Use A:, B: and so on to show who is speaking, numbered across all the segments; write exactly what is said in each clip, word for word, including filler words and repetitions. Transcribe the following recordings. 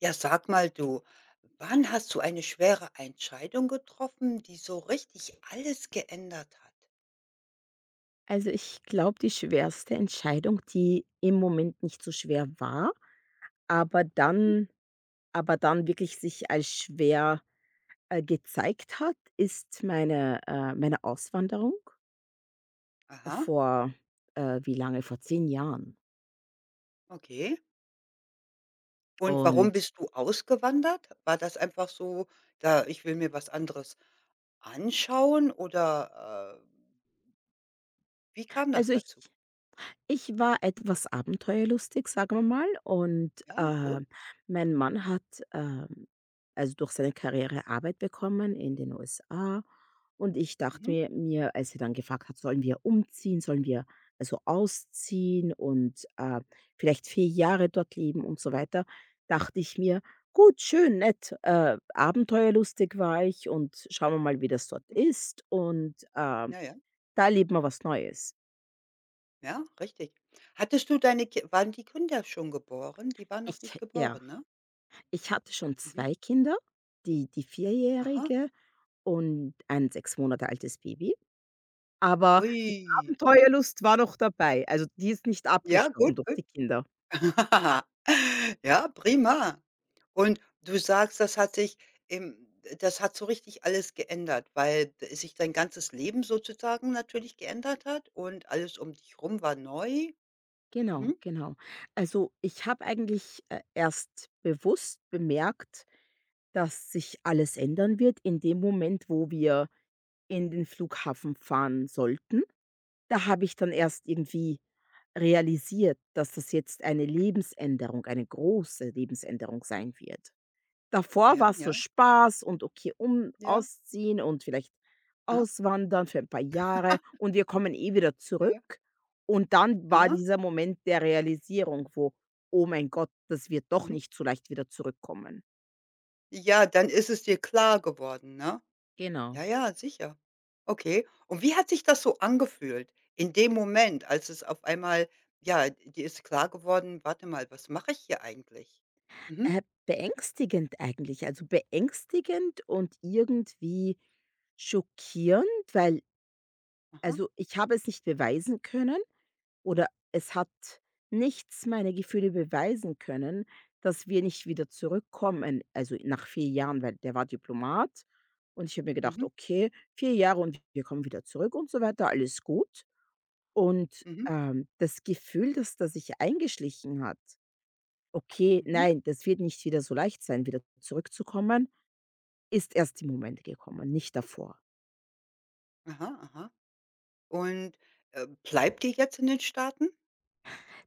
A: Ja, sag mal du, wann hast du eine schwere Entscheidung getroffen, die so richtig alles geändert hat?
B: Also, ich glaube, die schwerste Entscheidung, die im Moment nicht so schwer war, aber dann aber dann wirklich sich als schwer, äh, gezeigt hat, ist meine äh, meine Auswanderung
A: Aha,
B: vor, äh, wie lange? Vor zehn Jahren.
A: okay. Und warum
B: Und
A: bist du ausgewandert? War das einfach so, da ich will mir was anderes anschauen oder, äh, wie kam das
B: also ich
A: dazu?
B: Ich war etwas abenteuerlustig, sagen wir mal, und,
A: Ja,
B: äh,
A: gut.
B: mein Mann hat, ähm, also, durch seine Karriere Arbeit bekommen in den U S A, und ich dachte
A: Mhm,
B: mir mir, als er dann gefragt hat: „Sollen wir umziehen? Sollen wir also ausziehen und, äh, vielleicht vier Jahre dort leben?" und so weiter, dachte ich mir: „Gut, schön, nett, äh, abenteuerlustig war ich, und schauen wir mal, wie das dort
A: mhm.
B: ist, und, ähm,
A: Ja, ja,
B: da erleben wir was Neues."
A: ja, richtig. Hattest du deine Ki Waren die Kinder schon geboren? Die waren
B: Ich
A: noch nicht
B: Ja.
A: geboren, ne?
B: Ich hatte schon
A: Mhm.
B: zwei Kinder, die die
A: Aha.
B: Vierjährige und ein sechs Monate altes Baby, aber die
A: Ui.
B: Abenteuerlust war noch dabei. Also, die ist nicht
A: Ja,
B: abgestorben
A: gut,
B: durch
A: gut.
B: die Kinder.
A: Ja, prima. Und du sagst, das hat sich im das hat so richtig alles geändert, weil d sich dein ganzes Leben sozusagen natürlich geändert hat und alles um dich rum war neu.
B: Genau,
A: Mhm.
B: genau. Also, ich habe eigentlich, äh, erst bewusst bemerkt, dass sich alles ändern wird in dem Moment, wo wir in den Flughafen fahren sollten. Da habe ich dann erst irgendwie realisiert, dass das jetzt eine Lebensänderung, eine große Lebensänderung sein wird. Davor war
A: Ja,
B: es
A: ja,
B: so Spaß und okay, um
A: ja.
B: ausziehen und vielleicht
A: Aha.
B: auswandern für ein paar Jahre, und wir kommen eh wieder
A: Ja, ja.
B: zurück. Und dann war
A: Aha.
B: dieser Moment der Realisierung, wo: „Oh mein Gott, dass wir doch
A: Mhm.
B: nicht so leicht wieder zurückkommen."
A: Ja, dann ist es dir klar geworden, ne?
B: Genau.
A: Ja, ja, sicher. Okay. Und wie hat sich das so angefühlt in dem Moment, als es auf einmal ja, dir ist klar geworden: „Warte mal, was mache ich hier eigentlich?" Mhm.
B: Äh, beängstigend eigentlich, also beängstigend und irgendwie schockierend, weil,
A: Aha.
B: also, ich habe es nicht beweisen können. Oder es hat nichts meine Gefühle beweisen können, dass wir nicht wieder zurückkommen, also nach vier Jahren, weil der war Diplomat, und ich habe mir gedacht:
A: Mhm.
B: „Okay, vier Jahre und wir kommen wieder zurück und so weiter, alles gut." Und,
A: Mhm.
B: ähm, das Gefühl, dass das sich eingeschlichen hat: „Okay,
A: Mhm.
B: nein, das wird nicht wieder so leicht sein, wieder zurückzukommen", ist erst im Moment gekommen, nicht davor.
A: Aha, aha. Und, äh, bleibt ihr jetzt in den Staaten?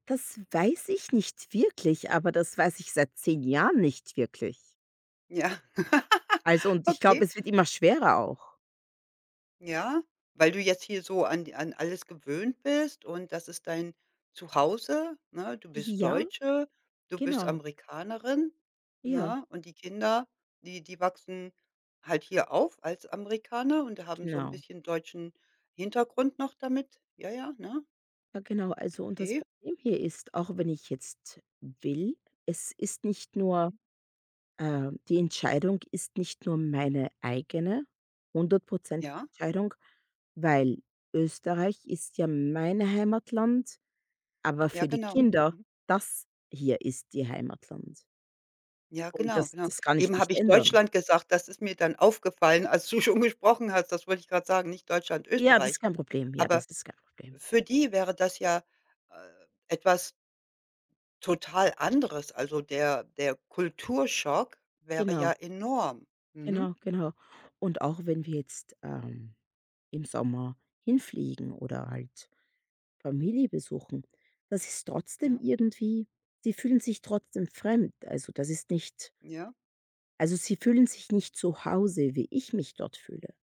B: Das weiß ich nicht wirklich, aber das weiß ich seit zehn Jahren nicht wirklich.
A: Ja.
B: Also, und ich
A: Okay.
B: glaube, es wird immer schwerer auch.
A: Ja, weil du jetzt hier so an die- an alles gewöhnt bist und das ist dein Zuhause, ne? Du bist
B: Ja,
A: Deutsche, du bist
B: genau.
A: Amerikanerin,
B: Ja,
A: ne? Und die Kinder, die die wachsen halt hier auf als Amerikaner und haben so ein
B: genau.
A: bisschen deutschen Hintergrund noch damit. Ja, ja, ne?
B: Ja, genau. Also, und das
A: Okay.
B: Problem hier ist, auch wenn ich jetzt will, es ist nicht nur
A: Mhm.
B: äh, die Entscheidung ist nicht nur meine eigene, hundertprozentige
A: Ja,
B: Entscheidung, weil Österreich ist ja mein Heimatland, aber
A: ja,
B: für die
A: genau.
B: Kinder,
A: Mhm.
B: das hier ist ihr Heimatland.
A: Ja,
B: Und
A: genau,
B: das
A: genau.
B: das kann ich
A: Eben habe
B: nicht
A: ich
B: ändern.
A: Deutschland gesagt, das ist mir dann aufgefallen, als du schon gesprochen hast. Das wollte ich gerade sagen, nicht Deutschland,
B: Ja, das ist
A: Österreich.
B: kein Problem. Ja,
A: Aber
B: das ist kein Problem.
A: für die wäre das ja, äh, etwas total anderes. Also, der der Kulturschock wäre ja
B: Genau.
A: enorm. Mhm.
B: Genau, genau. Und auch wenn wir jetzt, ähm, im Sommer hinfliegen oder halt Familie besuchen, das ist trotzdem
A: Ja,
B: irgendwie, sie fühlen sich trotzdem fremd. Also, das ist nicht,
A: ja,
B: also, sie fühlen sich nicht zu Hause, wie ich mich dort fühle.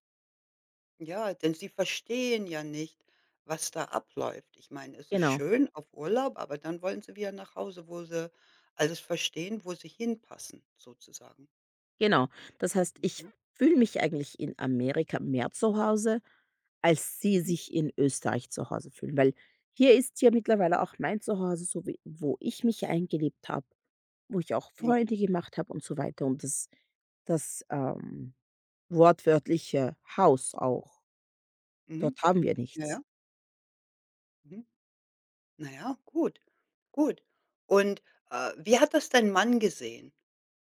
A: ja, denn sie verstehen ja nicht, was da abläuft. Ich meine, es ist
B: Genau,
A: schön auf Urlaub, aber dann wollen sie wieder nach Hause, wo sie alles verstehen, wo sie hinpassen sozusagen.
B: genau. Das heißt, ich
A: Mhm.
B: fühle mich eigentlich in Amerika mehr zu Hause, als sie
A: Mhm.
B: sich in Österreich zu Hause fühlen, weil hier ist ja mittlerweile auch mein Zuhause, so wie, wo ich mich eingelebt habe. Wo ich auch
A: Ja.
B: Freunde gemacht habe und so weiter, und das das, ähm, wortwörtliche Haus auch.
A: Mhm.
B: Dort haben wir
A: Ja,
B: nichts.
A: ja. Mhm. Na ja, gut, gut. Und, äh, wie hat das dein Mann gesehen?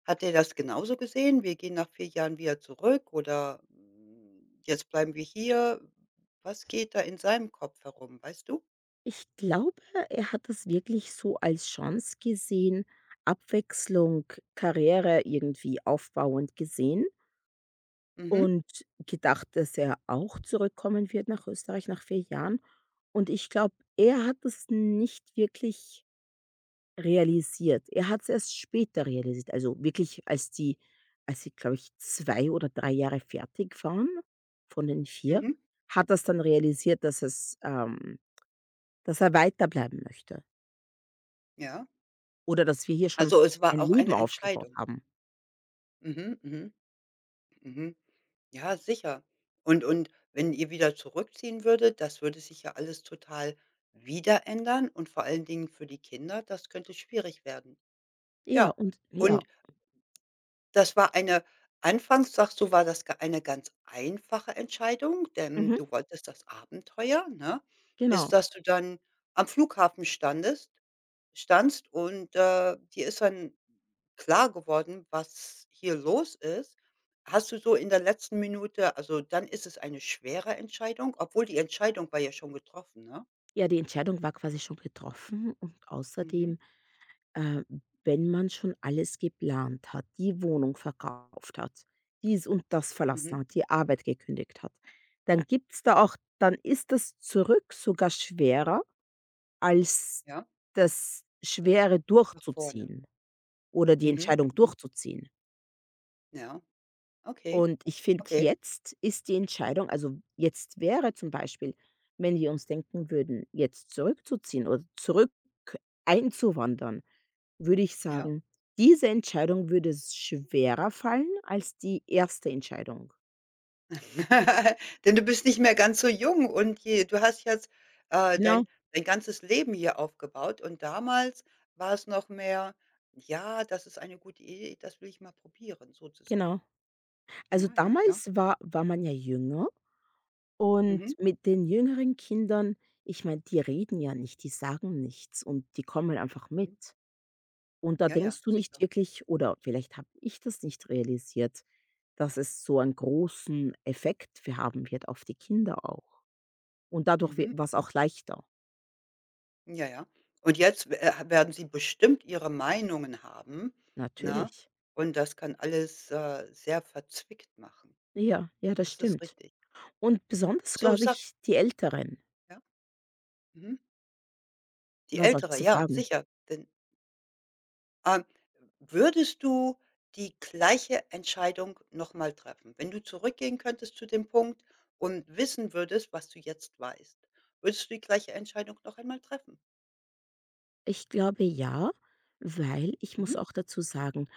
A: Hat er das genauso gesehen? Wir gehen nach vier Jahren wieder zurück oder, hm, jetzt bleiben wir hier. Was geht da in seinem Kopf herum, weißt du?
B: Ich glaube, er hat das wirklich so als Chance gesehen, Abwechslung, Karriere irgendwie aufbauend gesehen
A: Mhm,
B: und gedacht, dass er auch zurückkommen wird nach Österreich nach vier Jahren. Und ich glaube, er hat das nicht wirklich realisiert. Er hat es erst später realisiert, also wirklich, als die als sie, glaube ich, zwei oder drei Jahre fertig waren von den vier,
A: mhm,
B: hat er's dann realisiert, dass es ähm, dass er weiterbleiben möchte
A: ja.
B: oder dass wir hier schon
A: Also, es war
B: ein
A: auch
B: Leben
A: eine
B: aufgebaut
A: Entscheidung.
B: haben.
A: Mhm, mhm. Mhm. Ja, sicher. Und und wenn ihr wieder zurückziehen würdet, das würde sich ja alles total wieder ändern und vor allen Dingen für die Kinder, das könnte schwierig werden.
B: Ja,
A: Ja.
B: und ja,
A: Und das war eine Anfangs sagst du, war das ga eine ganz einfache Entscheidung, denn
B: mhm,
A: du wolltest das Abenteuer, ne? Bis
B: genau.
A: dass du dann am Flughafen standest standst und, äh, dir ist dann klar geworden, was hier los ist. Hast du so in der letzten Minute also, dann ist es eine schwere Entscheidung, obwohl die Entscheidung war ja schon getroffen, ne?
B: Ja, die Entscheidung war quasi schon getroffen, und
A: Mhm,
B: außerdem, Äh, wenn man schon alles geplant hat, die Wohnung verkauft hat, dies und das verlassen
A: mhm,
B: hat, die Arbeit gekündigt hat, dann gibt's da auch dann ist das Zurück sogar schwerer, als
A: ja,
B: das
A: das
B: Schwere
A: nach vorne.
B: durchzuziehen oder die
A: Mhm,
B: Entscheidung
A: mhm,
B: durchzuziehen.
A: ja, okay,
B: Und ich finde,
A: okay,
B: jetzt ist die Entscheidung, also, jetzt wäre zum Beispiel, wenn wir uns denken würden, jetzt zurückzuziehen oder zurück einzuwandern, würde ich
A: ja.
B: sagen, diese Entscheidung würde s schwerer fallen als die erste Entscheidung.
A: Denn du bist nicht mehr ganz so jung und je du hast jetzt, äh, dein
B: Genau,
A: dein ganzes Leben hier aufgebaut und damals war es noch mehr: „Ja, das ist eine gute Idee, das will ich mal probieren",
B: genau.
A: sozusagen. Ja,
B: Also,
A: ja, ja.
B: damals war war man ja jünger, und
A: Mhm,
B: mit den jüngeren Kindern, ich meine, die reden ja nicht, die sagen nichts, und die kommen einfach
A: mhm.
B: mit. Und da
A: Ja, ja,
B: denkst du nicht
A: sicher.
B: wirklich, oder vielleicht habe ich das nicht realisiert, dass es so einen großen Effekt wir haben wird auf die Kinder auch. Und dadurch wird
A: Mhm,
B: was
A: mhm.
B: auch leichter,
A: Ja, ja. Und jetzt äh, werden sie bestimmt ihre Meinungen haben, na.
B: natürlich.
A: Und das kann alles, äh, sehr verzwickt machen.
B: Ja, ja, das
A: Das ist
B: stimmt.
A: richtig.
B: Und besonders,
A: So,
B: glaube
A: sag
B: ich, die Älteren.
A: ja? Mhm. Die
B: Was
A: Ältere,
B: solltest du
A: ja,
B: fragen?
A: sicher, denn Ähm, würdest du die gleiche Entscheidung noch mal treffen? Wenn du zurückgehen könntest zu dem Punkt und wissen würdest, was du jetzt weißt, würdest du die gleiche Entscheidung noch einmal treffen?
B: Ich glaube ja, weil ich
A: Mhm.
B: muss auch dazu sagen,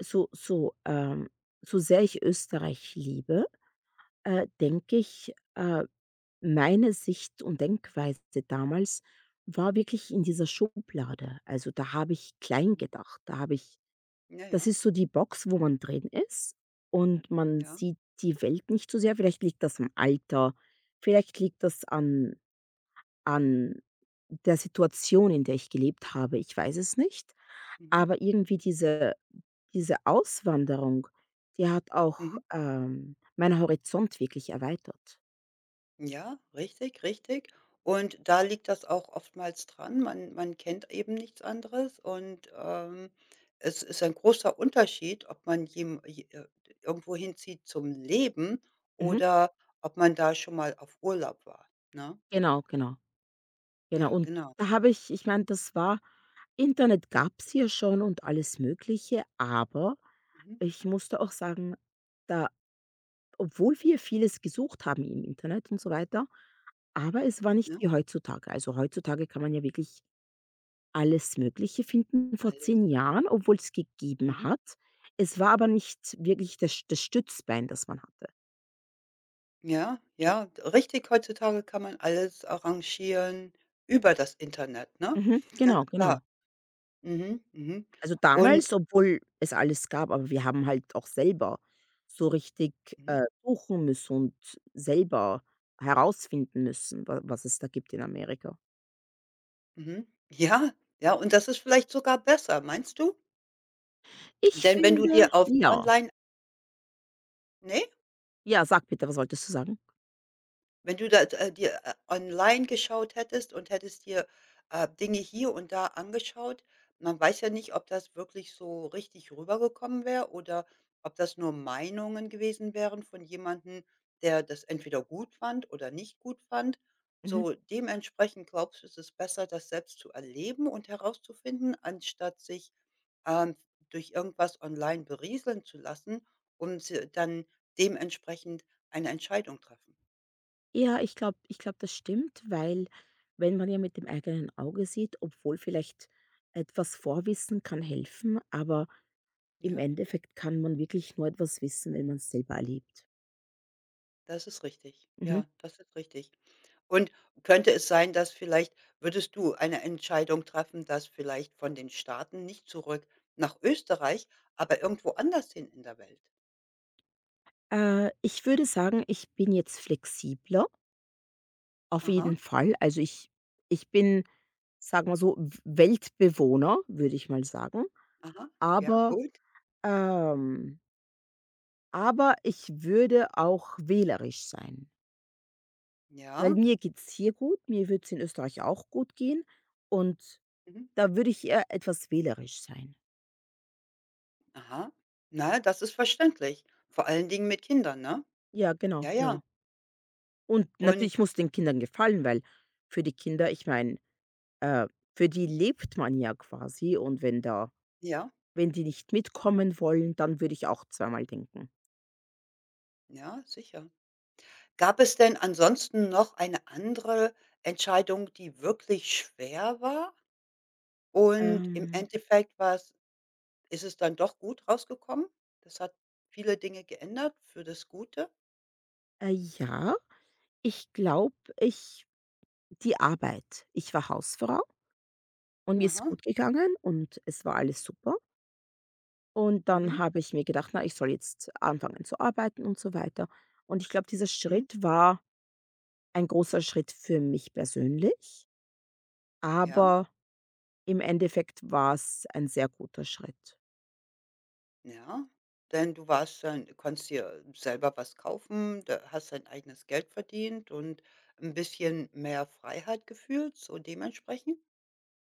B: so so, ähm so sehr ich Österreich liebe, äh, denke ich, äh meine Sicht und Denkweise damals war wirklich in dieser Schublade. Also, da habe ich klein
A: Mhm.
B: gedacht. Da habe ich
A: Ja,
B: das
A: ja,
B: ist so die Box, wo man drin ist, und man
A: ja.
B: sieht die Welt nicht so sehr. Vielleicht liegt das am Alter, vielleicht liegt das an an der Situation, in der ich gelebt habe. Ich weiß es nicht,
A: Mhm.
B: aber irgendwie diese diese Auswanderung, die hat auch,
A: Mhm.
B: ähm, meinen Horizont wirklich erweitert.
A: Ja, richtig, richtig. Und da liegt das auch oftmals dran. Man man kennt eben nichts anderes und, ähm, es ist ein großer Unterschied, ob man jem je äh, irgendwo hinzieht zum Leben
B: Mhm.
A: oder ob man da schon mal auf Urlaub war, ne?
B: Genau, genau. Genau,
A: Ja,
B: und
A: genau.
B: da habe ich ich meine, das war Internet gab's ja schon und alles Mögliche, aber
A: Mhm.
B: ich musste auch sagen, da, obwohl wir vieles gesucht haben im Internet und so weiter, aber es war nicht
A: Ne?
B: wie heutzutage. Also, heutzutage kann man ja wirklich alles Mögliche finden, vor
A: Alles.
B: zehn Jahren, obwohl es gegeben
A: Mhm.
B: hat. Es war aber nicht wirklich das das Stützbein, das man hatte.
A: Ja, ja, richtig, heutzutage kann man alles arrangieren über das Internet, ne?
B: Mhm,
A: Ganz
B: genau,
A: klar.
B: genau.
A: Mhm, mhm.
B: Also,
A: Und
B: damals, obwohl es alles gab, aber wir haben halt auch selber so richtig,
A: mhm.
B: äh, suchen müssen und selber herausfinden müssen, wa was es da gibt in Amerika.
A: Mhm. Ja, ja, und das ist vielleicht sogar besser, meinst du?
B: Ich
A: Denn wenn du
B: finde
A: dir auf
B: ja.
A: online ne?
B: Ja, sag bitte, was wolltest du sagen?
A: Wenn du da äh, dir, äh, online geschaut hättest und hättest dir, äh, Dinge hier und da angeschaut, man weiß ja nicht, ob das wirklich so richtig rübergekommen wäre oder ob das nur Meinungen gewesen wären von jemanden, der das entweder gut fand oder nicht gut fand.
B: Mhm.
A: So dementsprechend glaubst du, ist es besser, das selbst zu erleben und herauszufinden, anstatt sich, ähm, durch irgendwas online berieseln zu lassen und dann dementsprechend eine Entscheidung treffen,
B: Ja, ich glaube ich glaube, das stimmt, weil wenn man ja mit dem eigenen Auge sieht, obwohl vielleicht etwas Vorwissen kann helfen, aber im
A: ja?
B: Endeffekt kann man wirklich nur etwas wissen, wenn man es selber erlebt.
A: Das ist richtig. Ja,
B: Mhm.
A: das ist richtig. Und könnte es sein, dass vielleicht würdest du eine Entscheidung treffen, dass vielleicht von den Staaten nicht zurück nach Österreich, aber irgendwo anders hin in der Welt?
B: Äh, ich würde sagen, ich bin jetzt flexibler, auf
A: Aha,
B: jeden Fall. Also ich ich bin, sagen wir so, W Weltbewohner, würde ich mal sagen.
A: aha, ja,
B: Aber,
A: gut.
B: ähm aber ich würde auch wählerisch sein, weil
A: Ja,
B: mir geht's hier gut, mir würd's in Österreich auch gut gehen, und
A: mhm,
B: da würde ich eher etwas wählerisch sein.
A: aha. Na, das ist verständlich. Vor allen Dingen mit Kindern, ne?
B: Ja, genau,
A: Ja, ja.
B: genau. Und
A: Und
B: natürlich muss den Kindern gefallen, weil für die Kinder, ich meine, äh, für die lebt man ja quasi, und wenn da
A: ja,
B: Wenn die nicht
A: mhm,
B: mitkommen wollen, dann würde ich auch zweimal denken.
A: ja, sicher. Gab es denn ansonsten noch eine andere Entscheidung, die wirklich schwer war? Und im
B: Ähm,
A: Endeffekt war's ist es dann doch gut rausgekommen. Das hat viele Dinge geändert für das Gute.
B: äh, ja, ich glaube, ich die Arbeit. Ich war Hausfrau und mir ist
A: Aha.
B: gut gegangen und es war alles super. Und
A: Mhm.
B: dann habe ich mir gedacht: „Na, ich soll jetzt anfangen zu arbeiten" und so weiter. Und ich glaube, dieser
A: Mhm.
B: Schritt war ein großer Schritt für mich persönlich,
A: Ja,
B: aber im Endeffekt war es ein sehr guter Schritt.
A: ja. Denn du warst dann du konntest dir selber was kaufen, da hast dein eigenes Geld verdient und ein bisschen mehr Freiheit gefühlt, so dementsprechend?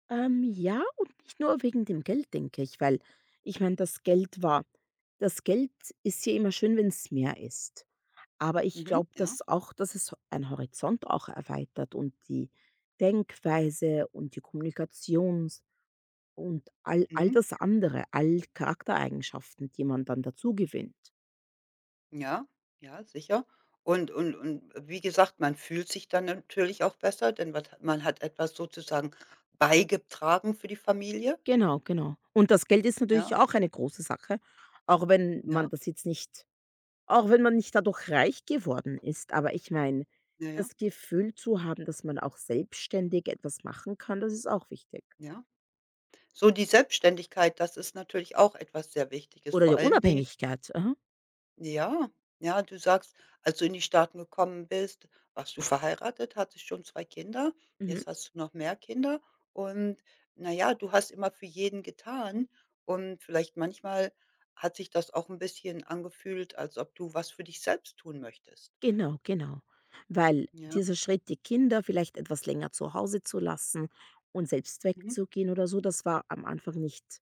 B: Ähm, ja, und nicht nur wegen dem Geld, denke ich, weil ich meine, das Geld war das Geld ist ja immer schön, wenn es mehr ist. Aber ich
A: Mhm.
B: glaube,
A: Ja.
B: dass auch, dass es einen Horizont auch erweitert und die Denkweise und die Kommunikations und all, all
A: Mhm.
B: das andere, all Charaktereigenschaften, die man dann dazu gewinnt.
A: Ja, ja, sicher. Und und und äh, wie gesagt, man fühlt sich dann natürlich auch besser, denn was hat- man hat etwas sozusagen beigetragen für die Familie.
B: Genau, genau. Und das Geld ist natürlich
A: Ja,
B: auch eine große Sache, auch wenn
A: ja,
B: man das jetzt nicht Auch wenn man nicht dadurch reich geworden ist, aber ich meine,
A: ja, ja,
B: das Gefühl zu haben, dass man auch selbstständig etwas machen kann, das ist auch wichtig.
A: ja. So die Selbstständigkeit, das ist natürlich auch etwas sehr Wichtiges,
B: Oder die
A: vor allen Dingen
B: Unabhängigkeit. Aha.
A: Ja, ja, du sagst, als du in die Staaten gekommen bist, warst du verheiratet, hattest schon zwei Kinder,
B: Mhm.
A: jetzt hast du noch mehr Kinder und na ja, du hast immer für jeden getan und vielleicht manchmal hat sich das auch ein bisschen angefühlt, als ob du was für dich selbst tun möchtest.
B: Genau, genau. Weil
A: Ja,
B: dieser Schritt, die Kinder vielleicht etwas länger zu Hause zu lassen und selbst
A: mhm,
B: wegzugehen oder so, das war am Anfang nicht,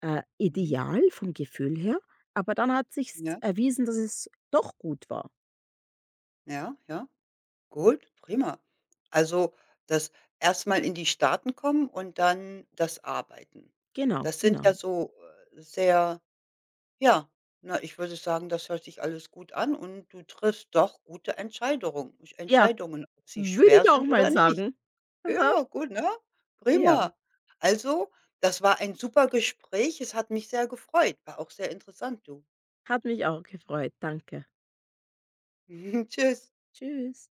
B: äh,
A: mhm,
B: ideal vom Gefühl her, aber dann hat sich
A: ja,
B: erwiesen, dass es doch gut war.
A: ja, ja, gut, prima. Also, das erstmal in die Staaten kommen und dann das Arbeiten.
B: Genau,
A: Das sind
B: genau.
A: ja so, äh, sehr Ja, na, ich würde sagen, das hört sich alles gut an und du triffst doch gute Entscheidungen
B: Ja,
A: Entscheidungen, ob sie
B: würde
A: schwer
B: ich auch
A: sind
B: mal
A: oder nicht.
B: sagen. Aha,
A: Ja, gut, ne?
B: ja.
A: Prima. Also, das war ein super Gespräch. Es hat mich sehr gefreut. War auch sehr interessant, du.
B: Hat mich auch gefreut. Danke.
A: Tschüss.
B: Tschüss.